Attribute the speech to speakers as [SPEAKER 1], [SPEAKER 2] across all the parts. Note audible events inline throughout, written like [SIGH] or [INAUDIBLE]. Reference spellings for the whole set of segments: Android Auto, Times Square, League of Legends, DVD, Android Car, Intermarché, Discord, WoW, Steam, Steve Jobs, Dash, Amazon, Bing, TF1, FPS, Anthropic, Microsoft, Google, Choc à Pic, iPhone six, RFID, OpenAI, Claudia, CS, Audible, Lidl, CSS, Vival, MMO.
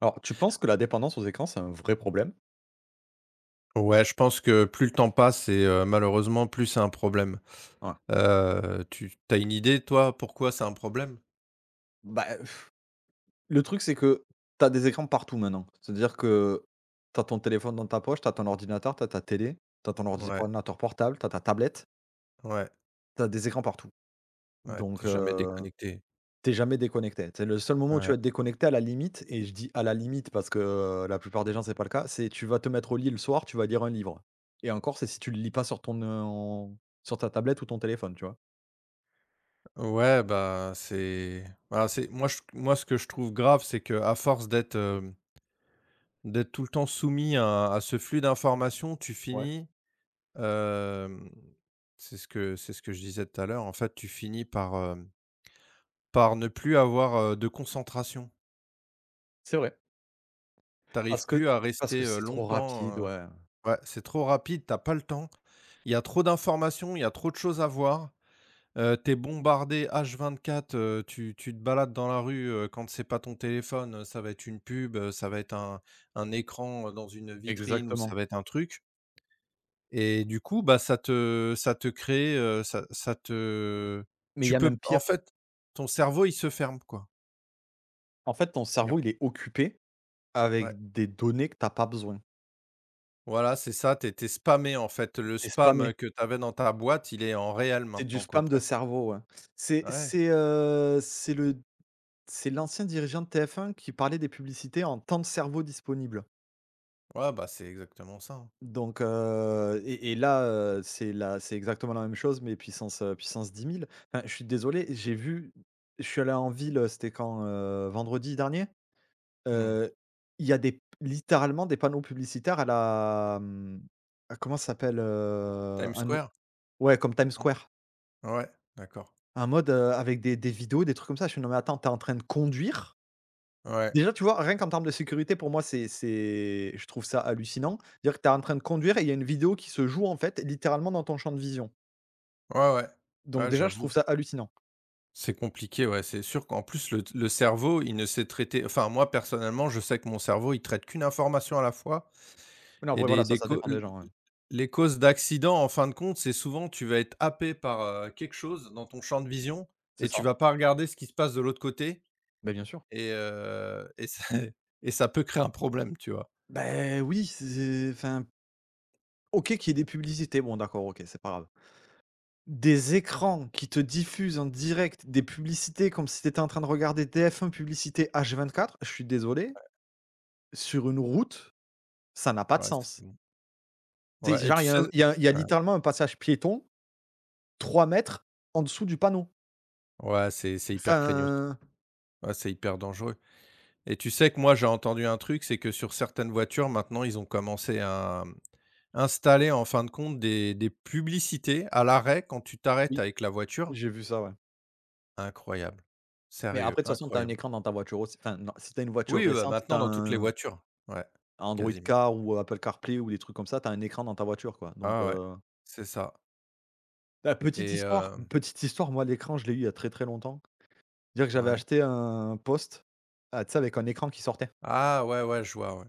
[SPEAKER 1] Alors, tu penses que la dépendance aux écrans, c'est un vrai problème?
[SPEAKER 2] Ouais, je pense que plus le temps passe et malheureusement, plus c'est un problème.
[SPEAKER 1] Ouais.
[SPEAKER 2] Tu as une idée toi, pourquoi c'est un problème?
[SPEAKER 1] Bah, le truc, c'est que t'as des écrans partout maintenant. C'est-à-dire que t'as ton téléphone dans ta poche, t'as ton ordinateur, t'as ta télé, t'as ton
[SPEAKER 2] Ouais,
[SPEAKER 1] ordinateur portable, t'as ta tablette,
[SPEAKER 2] ouais,
[SPEAKER 1] t'as des écrans partout.
[SPEAKER 2] ouais,
[SPEAKER 1] Donc,
[SPEAKER 2] tu jamais déconnecté.
[SPEAKER 1] tu jamais déconnecté. C'est le seul moment où tu vas
[SPEAKER 2] Ouais.
[SPEAKER 1] être déconnecté à la limite, et je dis à la limite parce que la plupart des gens, c'est pas le cas, c'est tu vas te mettre au lit le soir, tu vas lire un livre. Et encore, c'est si tu le lis pas sur ton, en sur ta tablette ou ton téléphone, tu vois?
[SPEAKER 2] Ouais, bah, c'est moi je moi ce que je trouve grave, c'est que à force d'être tout le temps soumis à ce flux d'informations, tu
[SPEAKER 1] Ouais,
[SPEAKER 2] finis, hem, c'est ce que je disais tout à l'heure, en fait, tu finis par, ne plus avoir de concentration.
[SPEAKER 1] c'est vrai.
[SPEAKER 2] Tu arrives
[SPEAKER 1] Parce que
[SPEAKER 2] plus à
[SPEAKER 1] parce que
[SPEAKER 2] rester
[SPEAKER 1] c'est trop rapide,
[SPEAKER 2] longtemps.
[SPEAKER 1] ouais.
[SPEAKER 2] Ouais, c'est trop rapide, t'as pas le temps. Il y a trop d'informations, il y a trop de choses à voir. Tu bombardé H24. Tu te balades dans la rue, quand c'est pas ton téléphone, ça va être une pub, ça va être un écran, dans une vitrine ou ça
[SPEAKER 1] Exactement.
[SPEAKER 2] va être un truc, et du coup, bah, ça te crée, ça ça te
[SPEAKER 1] Mais il y
[SPEAKER 2] tu
[SPEAKER 1] a
[SPEAKER 2] peux
[SPEAKER 1] même pire.
[SPEAKER 2] en fait, Ton cerveau, il se ferme, quoi.
[SPEAKER 1] En fait, ton
[SPEAKER 2] Non.
[SPEAKER 1] cerveau, il est occupé
[SPEAKER 2] Ouais,
[SPEAKER 1] avec des données que tu as pas besoin.
[SPEAKER 2] voilà, c'est ça, t'es es spammé, en fait. Le
[SPEAKER 1] Tu
[SPEAKER 2] spam,
[SPEAKER 1] spammé.
[SPEAKER 2] que t'avais dans ta boîte, il est en réel
[SPEAKER 1] C'est du
[SPEAKER 2] maintenant, quoi,
[SPEAKER 1] spam de
[SPEAKER 2] presque.
[SPEAKER 1] cerveau, ouais. C'est
[SPEAKER 2] Ouais.
[SPEAKER 1] c'est, heu, c'est le c'est l'ancien dirigeant de TF1 qui parlait des publicités en temps de cerveau disponible.
[SPEAKER 2] Ouais, bah, c'est exactement ça, hein.
[SPEAKER 1] Donc, et là, c'est exactement la même chose, mais puissance, puissance 10 000. Enfin, je suis désolé, j'ai vu je suis allé en ville, c'était quand, vendredi dernier?
[SPEAKER 2] Mmh.
[SPEAKER 1] Heu, il y a des littéralement des panneaux publicitaires à comment ça s'appelle?
[SPEAKER 2] Times
[SPEAKER 1] Un nou
[SPEAKER 2] Square?
[SPEAKER 1] ouais, comme Times
[SPEAKER 2] Hein?
[SPEAKER 1] Square.
[SPEAKER 2] Ouais, d'accord.
[SPEAKER 1] Un mode, avec des vidéos, des trucs comme ça. Je fais: «Non mais attends, t'es en train de conduire».
[SPEAKER 2] Ouais,
[SPEAKER 1] Déjà, tu vois, rien qu'en termes de sécurité, pour moi, c'est je trouve ça hallucinant. Dire que t'es en train de conduire et il y a une vidéo qui se joue, en fait, littéralement dans ton champ de vision.
[SPEAKER 2] ouais, ouais.
[SPEAKER 1] Donc
[SPEAKER 2] Ouais,
[SPEAKER 1] déjà, je
[SPEAKER 2] j'avoue.
[SPEAKER 1] trouve ça hallucinant.
[SPEAKER 2] C'est compliqué, ouais, c'est sûr qu'en plus, le cerveau, il ne sait traiter, enfin moi, personnellement, je sais que mon cerveau, il traite qu'une information à la fois.
[SPEAKER 1] Non,
[SPEAKER 2] Et
[SPEAKER 1] après voilà, ça,
[SPEAKER 2] des
[SPEAKER 1] ça
[SPEAKER 2] cau
[SPEAKER 1] dépend des
[SPEAKER 2] l
[SPEAKER 1] gens, ouais.
[SPEAKER 2] les causes d'accidents, en fin de compte, c'est souvent tu vas être happé par quelque chose dans ton champ de vision,
[SPEAKER 1] C'est
[SPEAKER 2] et tu
[SPEAKER 1] ça.
[SPEAKER 2] vas pas regarder ce qui se passe de l'autre côté.
[SPEAKER 1] Ben bien sûr.
[SPEAKER 2] Et c'est [LAUGHS] et ça peut créer un problème, tu vois?
[SPEAKER 1] Ben oui, c'est enfin, OK qu'il y ait des publicités, bon d'accord, OK, c'est pas grave. Des écrans qui te diffusent en direct des publicités comme si tu étais en train de regarder TF1 publicité H24, je suis désolé, sur une route, ça n'a pas de
[SPEAKER 2] Ouais, c'est
[SPEAKER 1] sens. Tu sais,
[SPEAKER 2] ouais, et
[SPEAKER 1] genre,
[SPEAKER 2] tu
[SPEAKER 1] il y
[SPEAKER 2] sais,
[SPEAKER 1] a il y a il y a
[SPEAKER 2] ouais,
[SPEAKER 1] littéralement un passage piéton, 3 mètres en dessous du panneau.
[SPEAKER 2] ouais, c'est hyper craignos.
[SPEAKER 1] Enfin,
[SPEAKER 2] Ouais, c'est hyper dangereux, et tu sais que moi, j'ai entendu un truc, c'est que sur certaines voitures, maintenant, ils ont commencé à installer, en fin de compte, des publicités à l'arrêt quand tu t'arrêtes
[SPEAKER 1] oui,
[SPEAKER 2] avec la voiture.
[SPEAKER 1] j'ai vu ça, ouais.
[SPEAKER 2] Incroyable.
[SPEAKER 1] Mais
[SPEAKER 2] Sérieux,
[SPEAKER 1] après, de toute façon, tu as un
[SPEAKER 2] incroyable.
[SPEAKER 1] écran dans ta voiture aussi. Enfin, non, si tu as une voiture
[SPEAKER 2] Oui, bah,
[SPEAKER 1] récente, tu as
[SPEAKER 2] maintenant dans toutes les
[SPEAKER 1] un
[SPEAKER 2] voitures. Ouais,
[SPEAKER 1] Android
[SPEAKER 2] quasiment.
[SPEAKER 1] Car ou Apple CarPlay ou des trucs comme ça, tu as un écran dans ta voiture, quoi. Donc,
[SPEAKER 2] Ah ouais, c'est ça,
[SPEAKER 1] bah, petite
[SPEAKER 2] et
[SPEAKER 1] histoire petite histoire, moi, l'écran, je l'ai eu il y a très, très longtemps. Dire que j'avais
[SPEAKER 2] ouais.
[SPEAKER 1] acheté un poste, ah, tu sais, avec un écran qui sortait,
[SPEAKER 2] Ah ouais, ouais, je vois, ouais.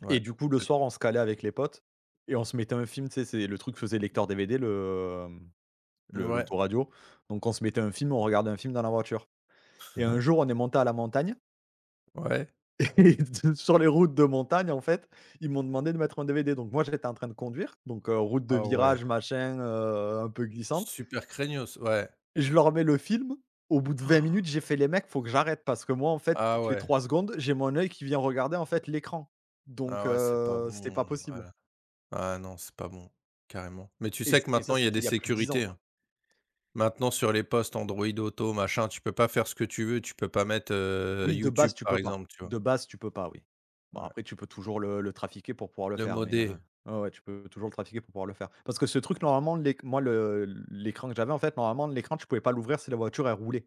[SPEAKER 2] Ouais.
[SPEAKER 1] et du coup, le
[SPEAKER 2] Peut
[SPEAKER 1] soir, on se calait avec les potes et on se mettait un film, tu sais, c'est le truc que faisait le lecteur DVD, le, hem, le
[SPEAKER 2] ouais,
[SPEAKER 1] l'autoradio, donc on se mettait un film, on regardait un film dans la voiture et un jour, on est monté à la montagne.
[SPEAKER 2] ouais.
[SPEAKER 1] [LAUGHS] et de sur les routes de montagne, en fait, ils m'ont demandé de mettre un DVD, donc moi, j'étais en train de conduire, donc route de
[SPEAKER 2] Ah ouais,
[SPEAKER 1] virage, machin, un peu glissante.
[SPEAKER 2] super craignos, ouais.
[SPEAKER 1] Je leur mets le film, au bout de 20 minutes, j'ai fait: «Les mecs, faut que j'arrête» parce que moi, en fait,
[SPEAKER 2] Ah
[SPEAKER 1] toutes les
[SPEAKER 2] ouais,
[SPEAKER 1] 3 secondes, j'ai mon œil qui vient regarder, en fait, l'écran. Donc
[SPEAKER 2] ah ouais, c'est pas
[SPEAKER 1] c'était pas
[SPEAKER 2] bon,
[SPEAKER 1] possible
[SPEAKER 2] voilà. Ah non, c'est pas bon, carrément. Mais tu sais que
[SPEAKER 1] et ça,
[SPEAKER 2] maintenant, il y a
[SPEAKER 1] c'était
[SPEAKER 2] des
[SPEAKER 1] il y a plus de 10 ans,
[SPEAKER 2] sécurités,
[SPEAKER 1] quoi.
[SPEAKER 2] hein. Maintenant, sur les postes Android Auto, machin, tu peux pas faire ce que tu veux. Tu peux pas mettre
[SPEAKER 1] Oui, de base,
[SPEAKER 2] YouTube,
[SPEAKER 1] tu
[SPEAKER 2] par
[SPEAKER 1] peux pas.
[SPEAKER 2] exemple, tu vois?
[SPEAKER 1] De base, tu peux pas, oui. Bon,
[SPEAKER 2] Ouais.
[SPEAKER 1] après, tu peux toujours le trafiquer pour pouvoir le
[SPEAKER 2] Le
[SPEAKER 1] faire, mais
[SPEAKER 2] modé.
[SPEAKER 1] ouais, ouais, tu peux toujours le trafiquer pour pouvoir le faire. Parce que ce truc, normalement, l'éc moi, le l'écran que j'avais, en fait, normalement, l'écran, tu pouvais pas l'ouvrir si la voiture, elle roulait,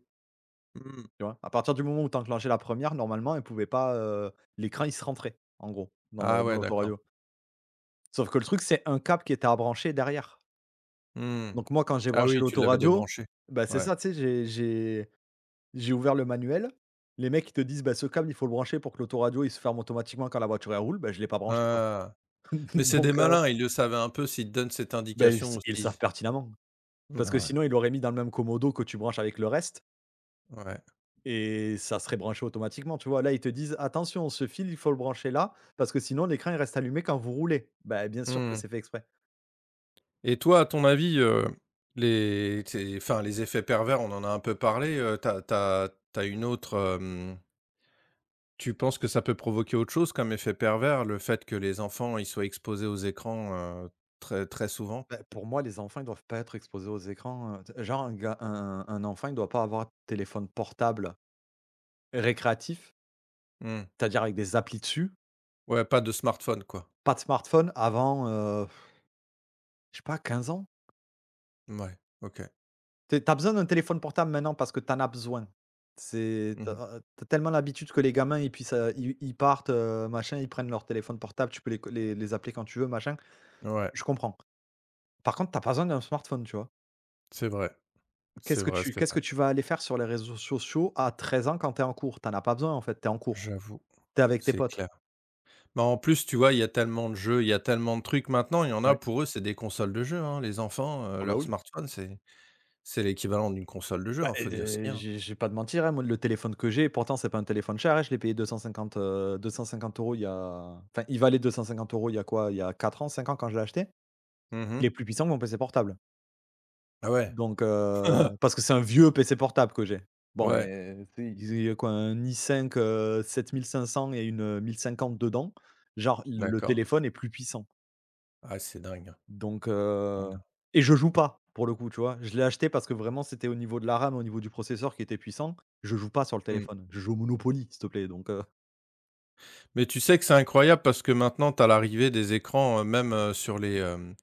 [SPEAKER 2] Mmh.
[SPEAKER 1] tu vois? À partir du moment où tu enclenchais la première, normalement, elle pouvait pas, l'écran, il se rentrait, en gros,
[SPEAKER 2] Ah
[SPEAKER 1] dans
[SPEAKER 2] ouais, d'accord.
[SPEAKER 1] l'autoradio. Sauf que le truc, c'est un câble qui était à brancher derrière.
[SPEAKER 2] Mmh.
[SPEAKER 1] Donc moi, quand j'ai
[SPEAKER 2] Ah
[SPEAKER 1] branché
[SPEAKER 2] oui, tu l'avais
[SPEAKER 1] l'autoradio,
[SPEAKER 2] débranché.
[SPEAKER 1] bah, c'est
[SPEAKER 2] Ouais.
[SPEAKER 1] ça, tu sais, j'ai ouvert le manuel. Les mecs, ils te disent: «Bah, ce câble, il faut le brancher pour que l'autoradio, il se ferme automatiquement quand la voiture, elle roule». Bah, je l'ai pas branché, quoi.
[SPEAKER 2] Ah!
[SPEAKER 1] [LAUGHS]
[SPEAKER 2] Mais c'est
[SPEAKER 1] Donc
[SPEAKER 2] des malins, ils le savaient un peu s'ils te donnent cette
[SPEAKER 1] bah,
[SPEAKER 2] indication
[SPEAKER 1] ils le savent
[SPEAKER 2] aussi.
[SPEAKER 1] pertinemment.
[SPEAKER 2] Mmh,
[SPEAKER 1] Parce que
[SPEAKER 2] ouais,
[SPEAKER 1] sinon, ils l'auraient mis dans le même commodo que tu branches avec le reste
[SPEAKER 2] ouais.
[SPEAKER 1] et ça serait branché automatiquement, tu vois? Là, ils te disent: «Attention, ce fil, il faut le brancher là, parce que sinon l'écran, il reste allumé quand vous roulez». Bah, bien sûr que
[SPEAKER 2] Mmh.
[SPEAKER 1] c'est fait exprès.
[SPEAKER 2] Et toi, à ton avis, les tes enfin, les effets pervers, on en a un peu parlé. T'as, t'as tu une autre, hem tu penses que ça peut provoquer autre chose comme effet pervers, le fait que les enfants, ils soient exposés aux écrans, heu, très très souvent?
[SPEAKER 1] Bah, pour moi, les enfants, ils doivent pas être exposés aux écrans, genre un ga un enfant, il doit pas avoir de téléphone portable récréatif,
[SPEAKER 2] Mmh.
[SPEAKER 1] c'est-à-dire avec des applis dessus,
[SPEAKER 2] Ouais, pas de smartphone, quoi.
[SPEAKER 1] pas de smartphone avant, je sais pas, 15 ans.
[SPEAKER 2] Ouais, OK.
[SPEAKER 1] Tu es besoin d'un téléphone portable maintenant parce que t'en as besoin. C'est tu
[SPEAKER 2] Mmh,
[SPEAKER 1] as tellement l'habitude que les gamins, ils puissent, ils partent, machin, ils prennent leur téléphone portable, tu peux les co les appeler quand tu veux, machin,
[SPEAKER 2] ouais,
[SPEAKER 1] je comprends. Par contre, t'as pas besoin d'un smartphone, tu vois?
[SPEAKER 2] c'est vrai, c'est
[SPEAKER 1] Qu'est-ce que
[SPEAKER 2] vrai,
[SPEAKER 1] tu
[SPEAKER 2] c'est
[SPEAKER 1] qu'est-ce
[SPEAKER 2] vrai.
[SPEAKER 1] que tu vas aller faire sur les réseaux sociaux à 13 ans quand t'es en cours? T'en as pas besoin, en fait. T'es en cours.
[SPEAKER 2] J'avoue,
[SPEAKER 1] T'es avec tes
[SPEAKER 2] c'est
[SPEAKER 1] potes?
[SPEAKER 2] clair. Mais en plus, tu vois, il y a tellement de jeux, il y a tellement de trucs maintenant, il y en a,
[SPEAKER 1] Ouais.
[SPEAKER 2] pour eux, c'est des consoles de jeux, hein. Les enfants,
[SPEAKER 1] Ah bah,
[SPEAKER 2] leur
[SPEAKER 1] oui.
[SPEAKER 2] smartphone, c'est l'équivalent d'une console de jeu,
[SPEAKER 1] Bah,
[SPEAKER 2] hein,
[SPEAKER 1] et
[SPEAKER 2] faut dire ce
[SPEAKER 1] de
[SPEAKER 2] qu'il y a.
[SPEAKER 1] je vais pas te mentir, hein, moi le téléphone que j'ai, pourtant c'est pas un téléphone cher, hein, je l'ai payé 250 euros il y a enfin il valait 250 euros il y a quoi? Il y a 4 ans, 5 ans quand je l'ai acheté.
[SPEAKER 2] Mmh
[SPEAKER 1] Il
[SPEAKER 2] mh.
[SPEAKER 1] est plus puissant que mon PC portable.
[SPEAKER 2] Ah ouais.
[SPEAKER 1] Donc
[SPEAKER 2] [LAUGHS]
[SPEAKER 1] parce que c'est un vieux PC portable que j'ai. Bon
[SPEAKER 2] Ouais,
[SPEAKER 1] et tu sais, il y a quoi? Un i5, cinq 7500 mille 1050 dedans. Genre le
[SPEAKER 2] d'accord.
[SPEAKER 1] téléphone est plus puissant.
[SPEAKER 2] Ah c'est dingue, hein.
[SPEAKER 1] Donc
[SPEAKER 2] On a
[SPEAKER 1] et je joue pas, pour le coup, tu vois? Je l'ai acheté parce que vraiment c'était au niveau de la RAM, au niveau du processeur qui était puissant. Je joue pas sur le
[SPEAKER 2] mmh.
[SPEAKER 1] téléphone, je joue au Monopoly, s'il te plaît, donc
[SPEAKER 2] Mais tu sais que c'est incroyable parce que maintenant tu as l'arrivée des écrans, même, sur les, hem,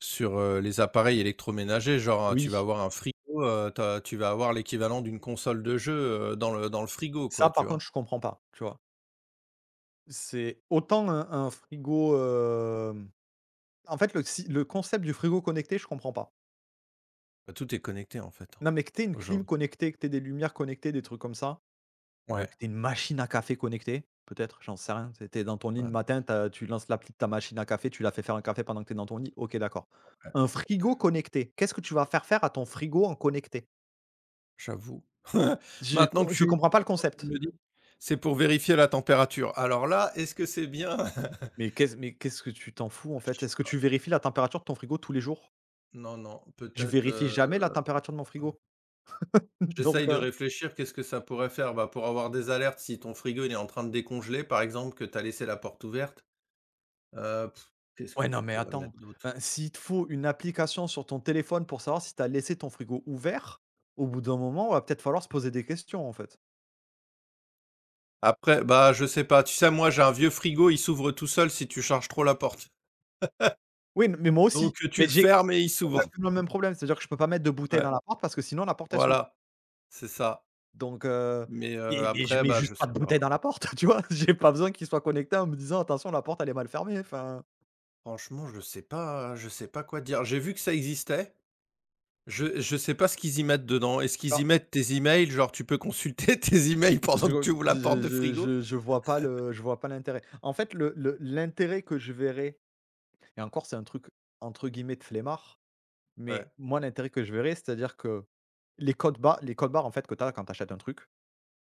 [SPEAKER 2] sur, heu, les appareils électroménagers, genre, tu vas
[SPEAKER 1] oui.
[SPEAKER 2] avoir un frigo, tu vas avoir l'équivalent d'une console de jeu, dans le frigo,
[SPEAKER 1] Ça
[SPEAKER 2] quoi, tu
[SPEAKER 1] par contre
[SPEAKER 2] vois?
[SPEAKER 1] je comprends pas, tu vois? C'est autant un frigo, en fait le si le concept du frigo connecté, je comprends pas.
[SPEAKER 2] Bah, tout est connecté en fait, hein,
[SPEAKER 1] Non mais que tu une clim
[SPEAKER 2] aujourd'hui.
[SPEAKER 1] connectée, que tu des lumières connectées, des trucs comme ça.
[SPEAKER 2] Ouais,
[SPEAKER 1] Que tu une machine à café connectée, peut-être? J'en sais rien. Tu es dans ton lit
[SPEAKER 2] ouais,
[SPEAKER 1] le
[SPEAKER 2] ouais.
[SPEAKER 1] matin, tu lances l'appli de ta machine à café, tu la fais faire un café pendant que tu es dans ton lit. OK, d'accord. Un frigo connecté, qu'est-ce que tu vas faire faire à ton frigo en connecté?
[SPEAKER 2] J'avoue. [LAUGHS]
[SPEAKER 1] Je
[SPEAKER 2] Maintenant
[SPEAKER 1] co
[SPEAKER 2] que
[SPEAKER 1] je
[SPEAKER 2] tu
[SPEAKER 1] comprends pas le
[SPEAKER 2] maintenant que tu me
[SPEAKER 1] concept.
[SPEAKER 2] le dis, c'est pour vérifier la température. Alors là, est-ce que c'est bien? [LAUGHS]
[SPEAKER 1] Mais qu'est-ce que tu t'en fous, en fait?
[SPEAKER 2] Je sais
[SPEAKER 1] Est-ce que
[SPEAKER 2] pas.
[SPEAKER 1] tu vérifies la température de ton frigo tous les jours?
[SPEAKER 2] Non, non,
[SPEAKER 1] Je
[SPEAKER 2] peut-être,
[SPEAKER 1] vérifie
[SPEAKER 2] heu,
[SPEAKER 1] jamais la température de mon frigo. [LAUGHS] Donc
[SPEAKER 2] j'essaye de réfléchir, qu'est-ce que ça pourrait faire? Bah, pour avoir des alertes, si ton frigo, il est en train de décongeler, par exemple, que tu as laissé la porte ouverte, heu, qu'est-ce que
[SPEAKER 1] ouais, non,
[SPEAKER 2] tu
[SPEAKER 1] mais
[SPEAKER 2] pourrais
[SPEAKER 1] attends,
[SPEAKER 2] mettre d'autre?
[SPEAKER 1] enfin, s'il te faut une application sur ton téléphone pour savoir si tu as laissé ton frigo ouvert, au bout d'un moment, il va peut-être falloir se poser des questions, en fait.
[SPEAKER 2] Après, bah, je sais pas, tu sais, moi, j'ai un vieux frigo, il s'ouvre tout seul si tu charges trop la porte.
[SPEAKER 1] Oui, mais moi aussi,
[SPEAKER 2] Donc tu
[SPEAKER 1] mais
[SPEAKER 2] le
[SPEAKER 1] j'ai
[SPEAKER 2] fermes et il s'ouvre.
[SPEAKER 1] exactement le même problème, c'est-à-dire que je peux pas mettre de bouteille
[SPEAKER 2] Ouais,
[SPEAKER 1] dans la porte parce que sinon la porte elle s'ouvre,
[SPEAKER 2] voilà, c'est ça.
[SPEAKER 1] donc
[SPEAKER 2] Mais
[SPEAKER 1] mais je
[SPEAKER 2] après,
[SPEAKER 1] mets
[SPEAKER 2] bah,
[SPEAKER 1] juste
[SPEAKER 2] je
[SPEAKER 1] pas de
[SPEAKER 2] sais
[SPEAKER 1] bouteille
[SPEAKER 2] pas.
[SPEAKER 1] dans la porte, [LAUGHS] tu vois? J'ai pas besoin qu'il soit connecté en me disant: «Attention la porte elle est mal fermée», enfin,
[SPEAKER 2] Franchement, je sais pas, quoi te dire. J'ai vu que ça existait. Je sais pas ce qu'ils y mettent dedans. Est-ce qu'ils
[SPEAKER 1] non,
[SPEAKER 2] y mettent tes emails? Genre, tu peux consulter [LAUGHS] tes emails pendant
[SPEAKER 1] je
[SPEAKER 2] que tu ouvres la porte
[SPEAKER 1] je
[SPEAKER 2] de
[SPEAKER 1] je
[SPEAKER 2] frigo?
[SPEAKER 1] je je vois pas, le je vois pas l'intérêt. En fait, le l'intérêt que je verrais, et encore c'est un truc entre guillemets «de flemmard», mais
[SPEAKER 2] Ouais,
[SPEAKER 1] moi l'intérêt que je verrais, c'est-à-dire que les codes barres en fait que tu as quand tu achètes un truc.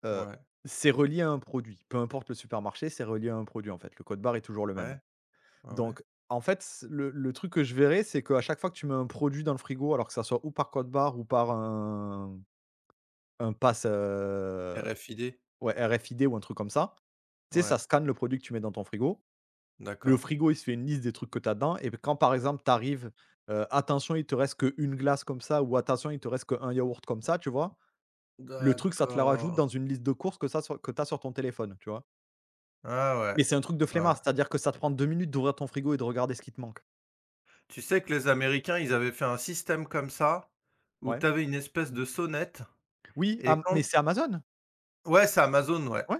[SPEAKER 1] Heu,
[SPEAKER 2] ouais,
[SPEAKER 1] c'est relié à un produit. Peu importe le supermarché, c'est relié à un produit, en fait. Le code barre est toujours le même.
[SPEAKER 2] ouais, ouais, ouais.
[SPEAKER 1] Donc, en fait, c le truc que je verrais, c'est qu'à chaque fois que tu mets un produit dans le frigo, alors que ça soit ou par code barre ou par un pass,
[SPEAKER 2] RFID?
[SPEAKER 1] ouais, RFID ou un truc comme ça, tu sais, ça
[SPEAKER 2] Ouais,
[SPEAKER 1] scanne le produit que tu mets dans ton frigo. Le
[SPEAKER 2] d'accord.
[SPEAKER 1] frigo, il se fait une liste des trucs que tu as dedans et quand, par exemple, tu arrives, «Attention, il te reste qu'1 glace comme ça» ou «Attention, il te reste qu'1 yaourt comme ça», tu vois? Le truc, ça te la rajoute
[SPEAKER 2] D'accord.
[SPEAKER 1] dans une liste de courses que tu as sur ton téléphone, tu vois?
[SPEAKER 2] Ah ouais,
[SPEAKER 1] Mais c'est un truc de
[SPEAKER 2] ouais.
[SPEAKER 1] flemmard,
[SPEAKER 2] Ouais.
[SPEAKER 1] c'est-à-dire que ça te prend 2 minutes d'ouvrir ton frigo et de regarder ce qui te manque.
[SPEAKER 2] Tu sais que les Américains, ils avaient fait un système comme ça, où
[SPEAKER 1] Ouais.
[SPEAKER 2] tu avais une espèce de sonnette,
[SPEAKER 1] Oui,
[SPEAKER 2] et
[SPEAKER 1] Am mais
[SPEAKER 2] quand
[SPEAKER 1] c'est Amazon.
[SPEAKER 2] ouais, c'est Amazon, ouais,
[SPEAKER 1] Ouais.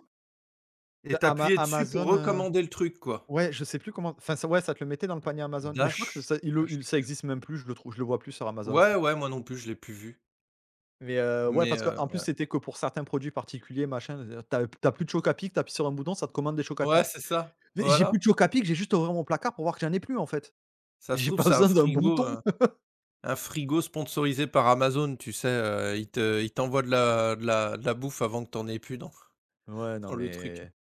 [SPEAKER 2] et
[SPEAKER 1] C'est
[SPEAKER 2] t'appuyais dessus pour
[SPEAKER 1] Amazon,
[SPEAKER 2] recommander le truc, quoi.
[SPEAKER 1] ouais, je sais plus comment enfin, ça ouais, ça te le mettait dans le panier Amazon, mais je crois que
[SPEAKER 2] Dash Dash
[SPEAKER 1] ça
[SPEAKER 2] quelque chose.
[SPEAKER 1] existe même plus, je le vois plus sur Amazon ça.
[SPEAKER 2] Ouais, ouais, moi non plus, je l'ai plus vu,
[SPEAKER 1] Mais, ouais,
[SPEAKER 2] mais
[SPEAKER 1] parce qu'en plus, c'était que pour certains produits particuliers, machin, tu as plus de Choc à Pic, tu sur un bouton, ça te commande des Choc à
[SPEAKER 2] ouais,
[SPEAKER 1] Pic.
[SPEAKER 2] c'est ça,
[SPEAKER 1] Mais j'ai plus
[SPEAKER 2] voilà.
[SPEAKER 1] de Choc à Pic, j'ai juste à ouvrir mon placard pour voir que j'en ai plus, en fait.
[SPEAKER 2] Ça se
[SPEAKER 1] J'ai
[SPEAKER 2] trouve,
[SPEAKER 1] pas [LAUGHS]
[SPEAKER 2] c'est un
[SPEAKER 1] besoin d'un bouton. [LAUGHS]
[SPEAKER 2] frigo, sponsorisé par Amazon, tu sais, ils t'envoient de la de la de la bouffe avant que tu en aies plus dans
[SPEAKER 1] Ouais,
[SPEAKER 2] [LAUGHS]
[SPEAKER 1] non
[SPEAKER 2] dans le truc.
[SPEAKER 1] mais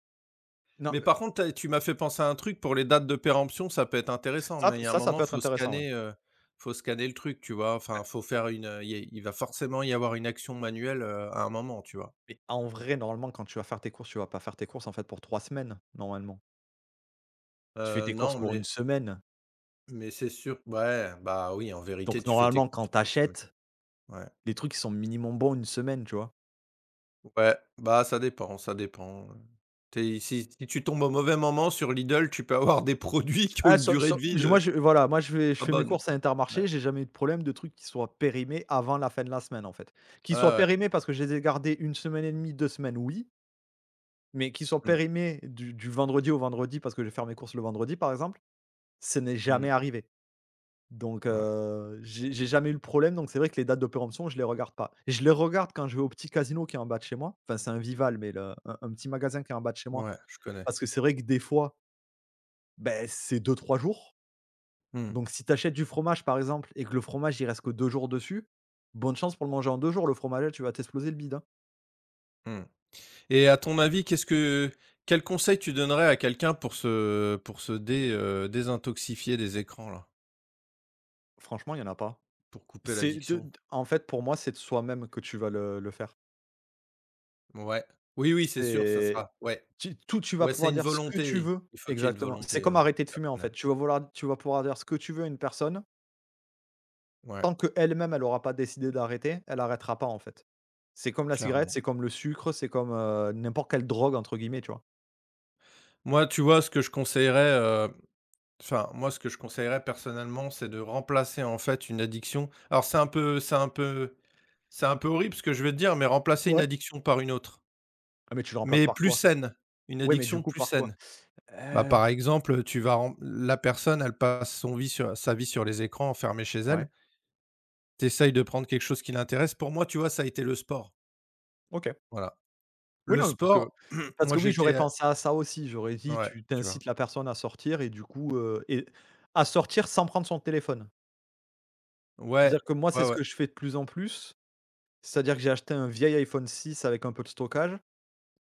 [SPEAKER 1] non,
[SPEAKER 2] Mais par contre, tu as tu m'as fait penser à un truc pour les dates de péremption, ça peut être intéressant,
[SPEAKER 1] ça
[SPEAKER 2] mais il y a un
[SPEAKER 1] ça ça peut
[SPEAKER 2] moment,
[SPEAKER 1] être
[SPEAKER 2] faut
[SPEAKER 1] intéressant, ouais.
[SPEAKER 2] scanner le truc, tu vois? Enfin, il va forcément y avoir une action manuelle, à un moment, tu vois?
[SPEAKER 1] Mais en vrai, normalement, quand tu vas faire tes courses, tu vas pas faire tes courses, en fait, pour 3 semaines, normalement. Tu fais
[SPEAKER 2] Heu,
[SPEAKER 1] tes courses
[SPEAKER 2] non,
[SPEAKER 1] pour une
[SPEAKER 2] mais
[SPEAKER 1] semaine.
[SPEAKER 2] c'est sûr, ouais, bah, oui, en vérité,
[SPEAKER 1] Donc
[SPEAKER 2] tu fais tes
[SPEAKER 1] normalement, quand
[SPEAKER 2] courses pour une semaine,
[SPEAKER 1] t'achètes
[SPEAKER 2] ouais.
[SPEAKER 1] les trucs, ils sont minimum bons une semaine, tu vois?
[SPEAKER 2] Ouais, bah, ça dépend, ça dépend, si tu tombes au mauvais moment sur Lidl, tu peux avoir des [LAUGHS] produits qui ont
[SPEAKER 1] Ah,
[SPEAKER 2] une
[SPEAKER 1] sau
[SPEAKER 2] durée
[SPEAKER 1] sau
[SPEAKER 2] de vie
[SPEAKER 1] je moi,
[SPEAKER 2] de
[SPEAKER 1] je voilà, moi, je
[SPEAKER 2] pas
[SPEAKER 1] fais mes
[SPEAKER 2] bonne.
[SPEAKER 1] courses à
[SPEAKER 2] Ouais,
[SPEAKER 1] Intermarché, j'ai jamais eu de problème de trucs qui soient périmés avant la fin de la semaine, en fait. Qu'ils
[SPEAKER 2] ouais,
[SPEAKER 1] soient
[SPEAKER 2] ouais.
[SPEAKER 1] périmés parce que je les ai gardés une semaine et demie, 2 semaines, oui, mais qu'ils soient
[SPEAKER 2] Mmh,
[SPEAKER 1] périmés du vendredi au vendredi parce que je vais faire mes courses le vendredi, par exemple, ce n'est
[SPEAKER 2] mmh,
[SPEAKER 1] jamais arrivé. Donc,
[SPEAKER 2] ouais,
[SPEAKER 1] j'ai jamais eu le problème, donc c'est vrai que les dates de péremption, je les regarde pas. Je les regarde quand je vais au petit casino qui est en bas de chez moi. Enfin, c'est un Vival, mais le un petit magasin qui est en bas de chez moi.
[SPEAKER 2] ouais, je connais.
[SPEAKER 1] Parce que c'est vrai que des fois, ben c'est deux trois jours.
[SPEAKER 2] Mmh,
[SPEAKER 1] Donc si tu achètes du fromage, par exemple, et que le fromage, il reste que 2 jours dessus, bonne chance pour le manger en 2 jours, le fromage là, tu vas t'exploser le bide, hein.
[SPEAKER 2] mmh et à ton avis, qu'est-ce que quel conseil tu donnerais à quelqu'un pour se dé désintoxifier des écrans, là?
[SPEAKER 1] Franchement, il y en a pas.
[SPEAKER 2] Pour couper
[SPEAKER 1] C'est de
[SPEAKER 2] l'addiction?
[SPEAKER 1] d En fait, pour moi, c'est de soi-même que tu vas le faire.
[SPEAKER 2] Ouais. Oui, oui, c'est sûr, ça
[SPEAKER 1] C'est
[SPEAKER 2] sera ouais.
[SPEAKER 1] tu tout Tu vas
[SPEAKER 2] Ouais, c'est
[SPEAKER 1] pouvoir
[SPEAKER 2] une
[SPEAKER 1] dire ce que tu
[SPEAKER 2] volonté.
[SPEAKER 1] veux
[SPEAKER 2] Il faut qu'il y ait une
[SPEAKER 1] exactement. C'est
[SPEAKER 2] volonté,
[SPEAKER 1] comme
[SPEAKER 2] ouais,
[SPEAKER 1] arrêter de fumer, en fait.
[SPEAKER 2] personnelle.
[SPEAKER 1] Tu vas pouvoir dire ce que tu veux à une personne,
[SPEAKER 2] Ouais,
[SPEAKER 1] tant qu'elle-même, elle aura pas décidé d'arrêter, elle arrêtera pas, en fait. C'est comme la cigarette, c'est
[SPEAKER 2] clairement.
[SPEAKER 1] comme le sucre, c'est comme, «n'importe quelle drogue» entre guillemets, tu vois?
[SPEAKER 2] Moi, tu vois, ce que je conseillerais, heu Enfin, moi, ce que je conseillerais personnellement, c'est de remplacer, en fait, une addiction. Alors, c'est un peu horrible ce que je vais te dire, mais remplacer une
[SPEAKER 1] Ouais.
[SPEAKER 2] addiction par une autre,
[SPEAKER 1] «Ah mais tu le remplaces
[SPEAKER 2] mais
[SPEAKER 1] par
[SPEAKER 2] plus
[SPEAKER 1] quoi?»
[SPEAKER 2] saine, une
[SPEAKER 1] «Oui, mais du
[SPEAKER 2] addiction
[SPEAKER 1] coup
[SPEAKER 2] plus
[SPEAKER 1] par quoi?»
[SPEAKER 2] saine. Bah,
[SPEAKER 1] «Heu,
[SPEAKER 2] par exemple, tu vas rem la personne, elle passe son vie sur sa vie sur les écrans, enfermée chez elle.
[SPEAKER 1] ouais,
[SPEAKER 2] Tu De prendre quelque chose qui l'intéresse. Pour moi, tu vois, ça a été le sport.
[SPEAKER 1] OK».
[SPEAKER 2] Voilà.
[SPEAKER 1] Oui,
[SPEAKER 2] Le
[SPEAKER 1] non, mais parce que
[SPEAKER 2] sport, [CLEARS THROAT] moi,
[SPEAKER 1] oui,
[SPEAKER 2] j'étais,
[SPEAKER 1] j'aurais pensé à ça aussi. J'aurais dit:
[SPEAKER 2] ouais,
[SPEAKER 1] «Tu
[SPEAKER 2] tu vois?
[SPEAKER 1] incites la personne à sortir et du coup» et à sortir sans prendre son téléphone. Dire
[SPEAKER 2] Ouais,
[SPEAKER 1] que moi, c'est
[SPEAKER 2] ouais,
[SPEAKER 1] ce
[SPEAKER 2] ouais,
[SPEAKER 1] que je fais de plus en plus. C'est-à-dire que j'ai acheté un vieil iPhone 6 avec un peu de stockage.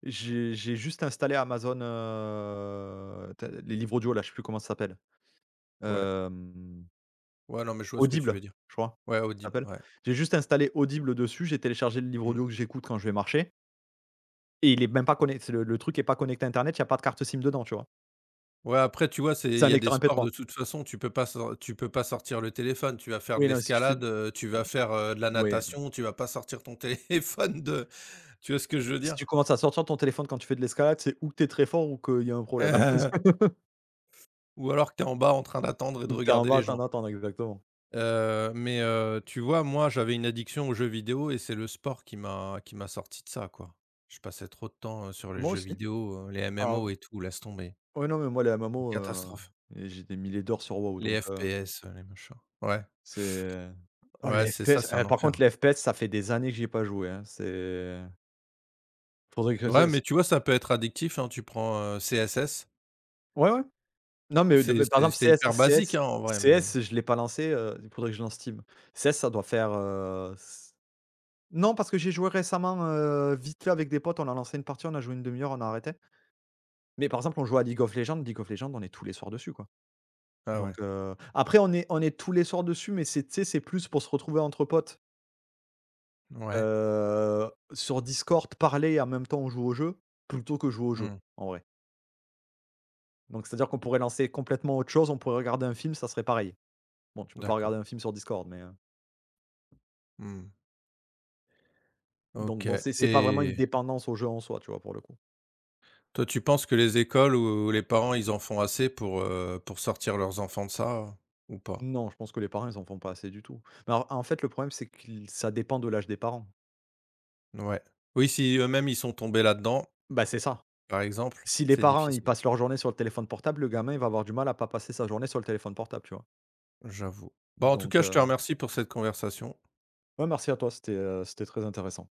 [SPEAKER 1] J'ai juste installé Amazon, tu les livres audio là, je sais plus comment ça s'appelle.
[SPEAKER 2] ouais.
[SPEAKER 1] Hem,
[SPEAKER 2] Ouais, non, mais je vois ce que tu
[SPEAKER 1] Audible,
[SPEAKER 2] veux dire.
[SPEAKER 1] je crois,
[SPEAKER 2] Ouais,
[SPEAKER 1] ça
[SPEAKER 2] Audible,
[SPEAKER 1] s'appelle.
[SPEAKER 2] ouais.
[SPEAKER 1] J'ai juste installé Audible dessus, j'ai téléchargé le livre
[SPEAKER 2] Mmh.
[SPEAKER 1] audio que j'écoute quand je vais marcher et il est même pas connecté. Le truc est pas connecté à internet, il y a pas de carte SIM dedans, tu vois?
[SPEAKER 2] Ouais, après, tu vois, c'est
[SPEAKER 1] C'est
[SPEAKER 2] il
[SPEAKER 1] un
[SPEAKER 2] y a des
[SPEAKER 1] lecteur mp
[SPEAKER 2] sports,
[SPEAKER 1] trois.
[SPEAKER 2] de toute façon, tu peux pas sor tu peux pas sortir le téléphone, tu vas faire de
[SPEAKER 1] Oui, non, si tu fais
[SPEAKER 2] l'escalade, tu vas faire, de la
[SPEAKER 1] ouais,
[SPEAKER 2] natation, tu vas pas sortir ton [LAUGHS] téléphone de tu vois ce que je veux
[SPEAKER 1] si
[SPEAKER 2] dire?
[SPEAKER 1] tu commences à sortir ton téléphone quand tu fais de l'escalade, c'est ou que tu très fort ou qu'il y a un
[SPEAKER 2] [LAUGHS]
[SPEAKER 1] problème.
[SPEAKER 2] Heu,
[SPEAKER 1] [LAUGHS]
[SPEAKER 2] ou alors que tu es en bas en train d'attendre et de
[SPEAKER 1] Ou que tu en
[SPEAKER 2] regarder
[SPEAKER 1] bas
[SPEAKER 2] les
[SPEAKER 1] t'en
[SPEAKER 2] gens.
[SPEAKER 1] attends exactement.
[SPEAKER 2] Mais, tu vois, moi, j'avais une addiction aux jeux vidéo, et c'est le sport qui m'a sorti de ça, quoi. Je passais trop de temps, sur les
[SPEAKER 1] Moi
[SPEAKER 2] jeux
[SPEAKER 1] aussi.
[SPEAKER 2] vidéo, les
[SPEAKER 1] Alors
[SPEAKER 2] MMO et tout, laisse tomber.
[SPEAKER 1] Ouais, non, mais moi, les
[SPEAKER 2] Une
[SPEAKER 1] MMO,
[SPEAKER 2] catastrophe.
[SPEAKER 1] et j'ai des milliers d'heures sur WoW, donc
[SPEAKER 2] Les FPS, heu, les machins. Ouais,
[SPEAKER 1] c'est oh,
[SPEAKER 2] ouais,
[SPEAKER 1] les
[SPEAKER 2] c'est ça,
[SPEAKER 1] FPS,
[SPEAKER 2] c'est
[SPEAKER 1] eh,
[SPEAKER 2] un
[SPEAKER 1] par
[SPEAKER 2] enfer.
[SPEAKER 1] contre, les FPS, ça fait des années que j'y ai pas joué, hein. C'est Faudrait que
[SPEAKER 2] Ouais,
[SPEAKER 1] c'est
[SPEAKER 2] mais
[SPEAKER 1] c'est
[SPEAKER 2] tu vois, ça peut être addictif, hein. Tu prends, CSS,
[SPEAKER 1] ouais, ouais. Non, mais de mais par exemple,
[SPEAKER 2] c'est
[SPEAKER 1] CS
[SPEAKER 2] hyper basique,
[SPEAKER 1] CS
[SPEAKER 2] hein, en vrai, mais
[SPEAKER 1] CS, je l'ai pas lancé, il faudrait que je lance Steam. CS, ça doit faire, s non, parce que j'ai joué récemment, vite fait avec des potes. On a lancé une partie, on a joué une demi heure, on a arrêté. Mais par exemple, on joue à League of Legends. League of Legends, on est tous les soirs dessus, quoi.
[SPEAKER 2] ah
[SPEAKER 1] Donc
[SPEAKER 2] ouais,
[SPEAKER 1] après, on est tous les soirs dessus, mais c'est tu sais, c'est plus pour se retrouver entre potes.
[SPEAKER 2] ouais,
[SPEAKER 1] Sur Discord, parler et en même temps on joue au jeu, plutôt que jouer au jeu,
[SPEAKER 2] mmh,
[SPEAKER 1] en vrai. Donc c'est-à-dire qu'on pourrait lancer complètement autre chose, on pourrait regarder un film, ça serait pareil. Bon, tu peux pas regarder
[SPEAKER 2] d'accord,
[SPEAKER 1] un film sur Discord, mais
[SPEAKER 2] mmh,
[SPEAKER 1] donc
[SPEAKER 2] OK.
[SPEAKER 1] bon, c'est pas vraiment une
[SPEAKER 2] Et
[SPEAKER 1] dépendance au jeu en soi, tu vois, pour le coup.
[SPEAKER 2] toi, tu penses que les écoles ou les parents, ils en font assez pour sortir leurs enfants de ça, ou pas?
[SPEAKER 1] Non, je pense que les parents, ils en font pas assez du tout. Mais en fait, le problème, c'est que ça dépend de l'âge des parents.
[SPEAKER 2] Ouais. Oui, si eux-mêmes, ils sont tombés là-dedans,
[SPEAKER 1] Bah, c'est ça.
[SPEAKER 2] par exemple,
[SPEAKER 1] Si les
[SPEAKER 2] c'est
[SPEAKER 1] parents, ils
[SPEAKER 2] difficile,
[SPEAKER 1] passent leur journée sur le téléphone portable, le gamin, il va avoir du mal à pas passer sa journée sur le téléphone portable, tu vois?
[SPEAKER 2] j'avoue. Bon, en tout
[SPEAKER 1] Donc
[SPEAKER 2] cas, je te remercie pour cette conversation.
[SPEAKER 1] ouais, merci à toi, c'était très intéressant.